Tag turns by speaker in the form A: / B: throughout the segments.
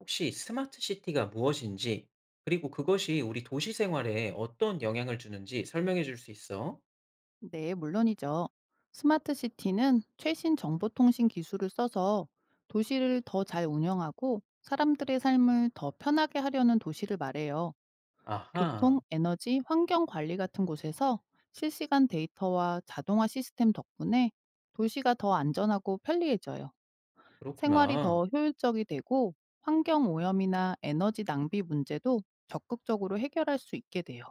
A: 혹시 스마트 시티가 무엇인지, 그리고 그것이 우리 도시 생활에 어떤 영향을 주는지 설명해 줄 수 있어?
B: 네, 물론이죠. 스마트 시티는 최신 정보통신 기술을 써서 도시를 더 잘 운영하고 사람들의 삶을 더 편하게 하려는 도시를 말해요.
A: 아하,
B: 교통, 에너지, 환경 관리 같은 곳에서 실시간 데이터와 자동화 시스템 덕분에 도시가 더 안전하고 편리해져요. 생활이
A: 그렇구나.
B: 더 효율적이 되고 환경 오염이나 에너지 낭비 문제도 적극적으로 해결할 수 있게 돼요.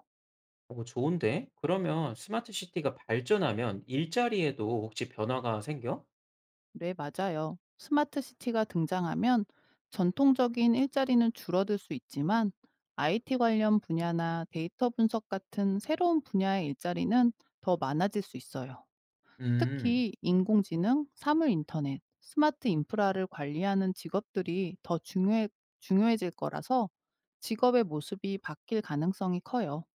A: 어, 좋은데? 그러면 스마트 시티가 발전하면 일자리에도 혹시 변화가 생겨?
B: 네, 맞아요. 스마트 시티가 등장하면 전통적인 일자리는 줄어들 수 있지만 IT 관련 분야나 데이터 분석 같은 새로운 분야의 일자리는 더 많아질 수 있어요.
A: 음,
B: 특히 인공지능, 사물 인터넷, 스마트 인프라를 관리하는 직업들이 중요해질 거라서 직업의 모습이 바뀔 가능성이 커요.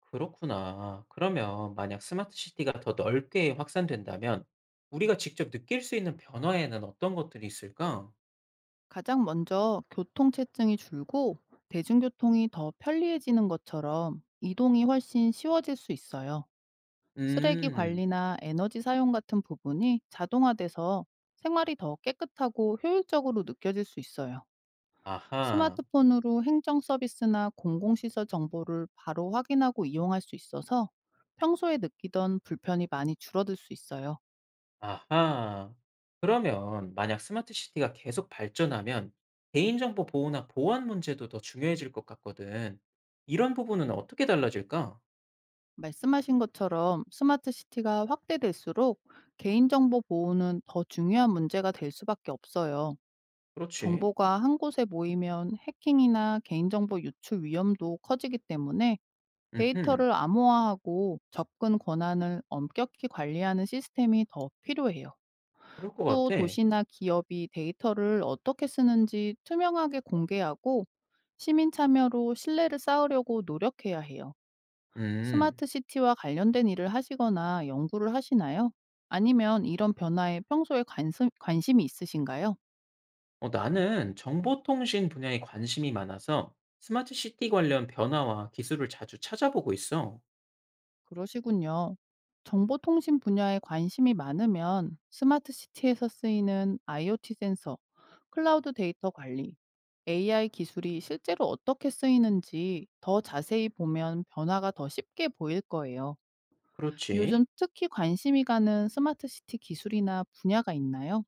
A: 그렇구나. 그러면 만약 스마트 시티가 더 넓게 확산된다면 우리가 직접 느낄 수 있는 변화에는 어떤 것들이 있을까?
B: 가장 먼저 교통체증이 줄고 대중교통이 더 편리해지는 것처럼 이동이 훨씬 쉬워질 수 있어요. 쓰레기
A: 음,
B: 관리나 에너지 사용 같은 부분이 자동화돼서 생활이 더 깨끗하고 효율적으로 느껴질 수 있어요.
A: 아하.
B: 스마트폰으로 행정 서비스나 공공시설 정보를 바로 확인하고 이용할 수 있어서 평소에 느끼던 불편이 많이 줄어들 수 있어요.
A: 아하. 그러면 만약 스마트 시티가 계속 발전하면 개인정보 보호나 보안 문제도 더 중요해질 것 같거든. 이런 부분은 어떻게 달라질까?
B: 말씀하신 것처럼 스마트 시티가 확대될수록 개인정보 보호는 더 중요한 문제가 될 수밖에 없어요.
A: 그렇지.
B: 정보가 한 곳에 모이면 해킹이나 개인정보 유출 위험도 커지기 때문에
A: 음흠.
B: 데이터를 암호화하고 접근 권한을 엄격히 관리하는 시스템이 더 필요해요.
A: 그럴 것
B: 또
A: 같아.
B: 도시나 기업이 데이터를 어떻게 쓰는지 투명하게 공개하고 시민 참여로 신뢰를 쌓으려고 노력해야 해요.
A: 음.
B: 스마트 시티와 관련된 일을 하시거나 연구를 하시나요? 아니면 이런 변화에 평소에 관심이 있으신가요?
A: 어, 나는 정보통신 분야에 관심이 많아서 스마트 시티 관련 변화와 기술을 자주 찾아보고 있어.
B: 그러시군요. 정보통신 분야에 관심이 많으면 스마트 시티에서 쓰이는 IoT 센서, 클라우드 데이터 관리, AI 기술이 실제로 어떻게 쓰이는지 더 자세히 보면 변화가 더 쉽게 보일 거예요. 요즘
A: 그렇지.
B: 특히 관심이 가는 스마트 시티 기술이나 분야가 있나요?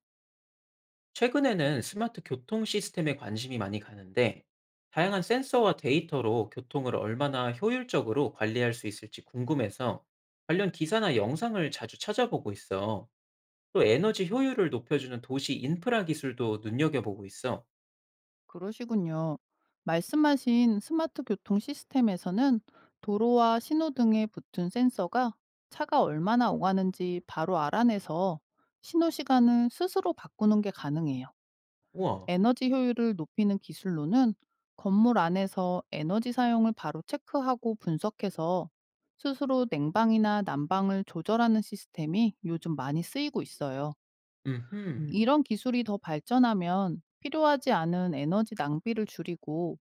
A: 최근에는 스마트 교통 시스템에 관심이 많이 가는데, 다양한 센서와 데이터로 교통을 얼마나 효율적으로 관리할 수 있을지 궁금해서 관련 기사나 영상을 자주 찾아보고 있어. 또 에너지 효율을 높여주는 도시 인프라 기술도 눈여겨보고 있어.
B: 그러시군요. 말씀하신 스마트 교통 시스템에서는 도로와 신호등에 붙은 센서가 차가 얼마나 오가는지 바로 알아내서 신호 시간을 스스로 바꾸는 게 가능해요.
A: 우와,
B: 에너지 효율을 높이는 기술로는 건물 안에서 에너지 사용을 바로 체크하고 분석해서 스스로 냉방이나 난방을 조절하는 시스템이 요즘 많이 쓰이고 있어요.
A: 음,
B: 이런 기술이 더 발전하면 필요하지 않은 에너지 낭비를 줄이고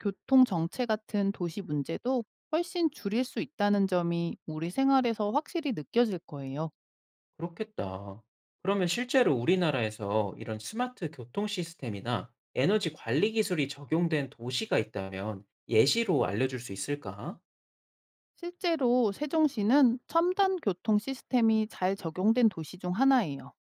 B: 교통 정체 같은 도시 문제도 훨씬 줄일 수 있다는 점이 우리 생활에서 확실히 느껴질 거예요.
A: 그렇겠다. 그러면 실제로 우리나라에서 이런 스마트 교통 시스템이나 에너지 관리 기술이 적용된 도시가 있다면 예시로 알려줄 수 있을까?
B: 실제로 세종시는 첨단 교통 시스템이 잘 적용된 도시 중 하나예요.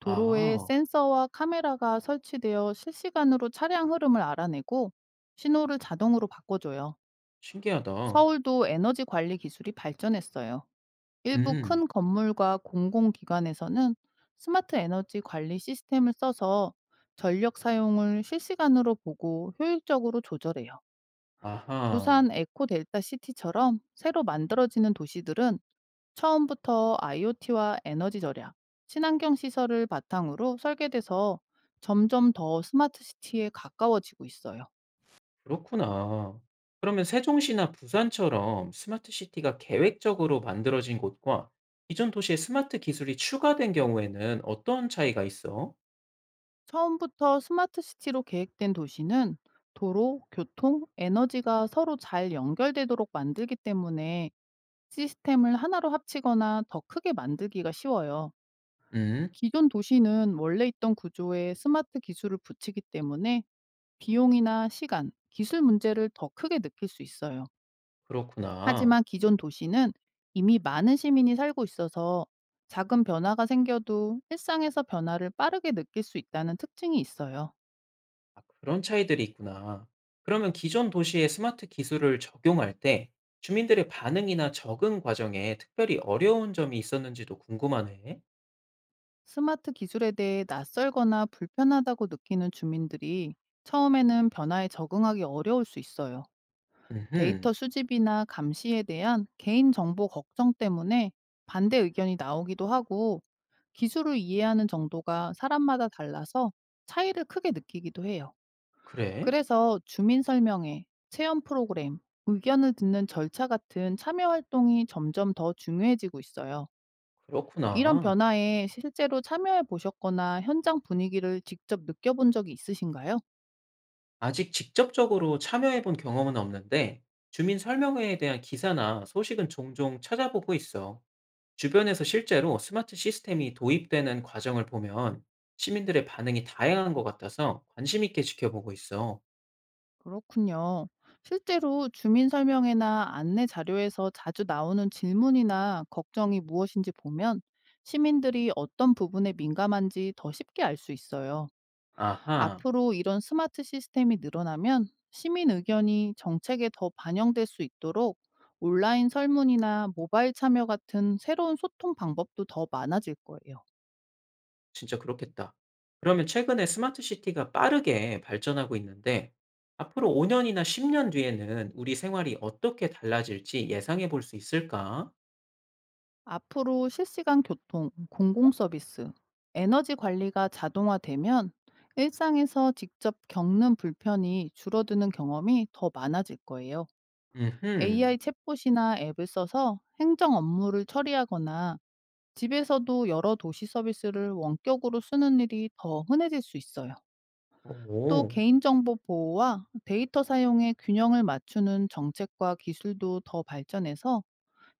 B: 도로에
A: 아.
B: 센서와 카메라가 설치되어 실시간으로 차량 흐름을 알아내고 신호를 자동으로 바꿔줘요.
A: 신기하다.
B: 서울도 에너지 관리 기술이 발전했어요. 일부
A: 음.
B: 큰 건물과 공공기관에서는 스마트 에너지 관리 시스템을 써서 전력 사용을 실시간으로 보고 효율적으로 조절해요.
A: 아하.
B: 부산 에코 델타 시티처럼 새로 만들어지는 도시들은 처음부터 IoT와 에너지 절약, 친환경 시설을 바탕으로 설계돼서 점점 더 스마트 시티에 가까워지고 있어요.
A: 그렇구나. 그러면 세종시나 부산처럼 스마트 시티가 계획적으로 만들어진 곳과 기존 도시에 스마트 기술이 추가된 경우에는 어떤 차이가 있어?
B: 처음부터 스마트 시티로 계획된 도시는 도로, 교통, 에너지가 서로 잘 연결되도록 만들기 때문에 시스템을 하나로 합치거나 더 크게 만들기가 쉬워요.
A: 음.
B: 기존 도시는 원래 있던 구조에 스마트 기술을 붙이기 때문에 비용이나 시간, 기술 문제를 더 크게 느낄 수 있어요.
A: 그렇구나.
B: 하지만 기존 도시는 이미 많은 시민이 살고 있어서 작은 변화가 생겨도 일상에서 변화를 빠르게 느낄 수 있다는 특징이 있어요.
A: 아 그런 차이들이 있구나. 그러면 기존 도시에 스마트 기술을 적용할 때 주민들의 반응이나 적응 과정에 특별히 어려운 점이 있었는지도 궁금하네.
B: 스마트 기술에 대해 낯설거나 불편하다고 느끼는 주민들이 처음에는 변화에 적응하기 어려울 수 있어요.
A: 음흠.
B: 데이터 수집이나 감시에 대한 개인정보 걱정 때문에 반대 의견이 나오기도 하고 기술을 이해하는 정도가 사람마다 달라서 차이를 크게 느끼기도 해요.
A: 그래?
B: 그래서 주민 설명회, 체험 프로그램, 의견을 듣는 절차 같은 참여 활동이 점점 더 중요해지고 있어요. 이런
A: 그렇구나.
B: 변화에 실제로 참여해 보셨거나 현장 분위기를 직접 느껴본 적이 있으신가요?
A: 아직 직접적으로 참여해 본 경험은 없는데 주민 설명회에 대한 기사나 소식은 종종 찾아보고 있어. 주변에서 실제로 스마트 시스템이 도입되는 과정을 보면 시민들의 반응이 다양한 것 같아서 관심 있게 지켜보고 있어.
B: 그렇군요. 실제로 주민 설명회나 안내 자료에서 자주 나오는 질문이나 걱정이 무엇인지 보면 시민들이 어떤 부분에 민감한지 더 쉽게 알 수 있어요.
A: 아하,
B: 앞으로 이런 스마트 시스템이 늘어나면 시민 의견이 정책에 더 반영될 수 있도록 온라인 설문이나 모바일 참여 같은 새로운 소통 방법도 더 많아질 거예요.
A: 진짜 그렇겠다. 그러면 최근에 스마트 시티가 빠르게 발전하고 있는데 앞으로 5년이나 10년 뒤에는 우리 생활이 어떻게 달라질지 예상해 볼 수 있을까?
B: 앞으로 실시간 교통, 공공 서비스, 에너지 관리가 자동화되면 일상에서 직접 겪는 불편이 줄어드는 경험이 더 많아질 거예요.
A: 음흠.
B: AI 챗봇이나 앱을 써서 행정 업무를 처리하거나 집에서도 여러 도시 서비스를 원격으로 쓰는 일이 더 흔해질 수 있어요. 또
A: 오.
B: 개인정보 보호와 데이터 사용의 균형을 맞추는 정책과 기술도 더 발전해서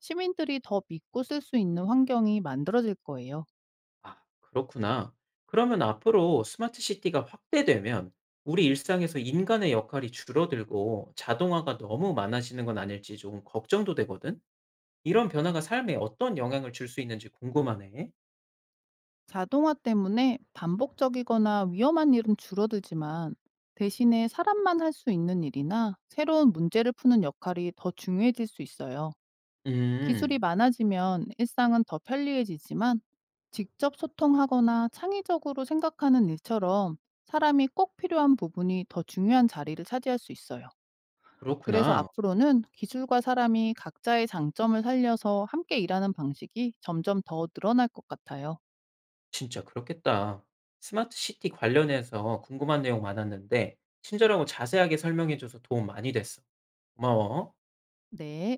B: 시민들이 더 믿고 쓸 수 있는 환경이 만들어질 거예요.
A: 아, 그렇구나. 그러면 앞으로 스마트 시티가 확대되면 우리 일상에서 인간의 역할이 줄어들고 자동화가 너무 많아지는 건 아닐지 조금 걱정도 되거든? 이런 변화가 삶에 어떤 영향을 줄 수 있는지 궁금하네.
B: 자동화 때문에 반복적이거나 위험한 일은 줄어들지만 대신에 사람만 할 수 있는 일이나 새로운 문제를 푸는 역할이 더 중요해질 수 있어요. 기술이
A: 음,
B: 많아지면 일상은 더 편리해지지만 직접 소통하거나 창의적으로 생각하는 일처럼 사람이 꼭 필요한 부분이 더 중요한 자리를 차지할 수 있어요. 그래서
A: 그렇구나.
B: 앞으로는 기술과 사람이 각자의 장점을 살려서 함께 일하는 방식이 점점 더 늘어날 것 같아요.
A: 진짜 그렇겠다. 스마트 시티 관련해서 궁금한 내용 많았는데, 친절하고 자세하게 설명해줘서 도움 많이 됐어. 고마워.
B: 네.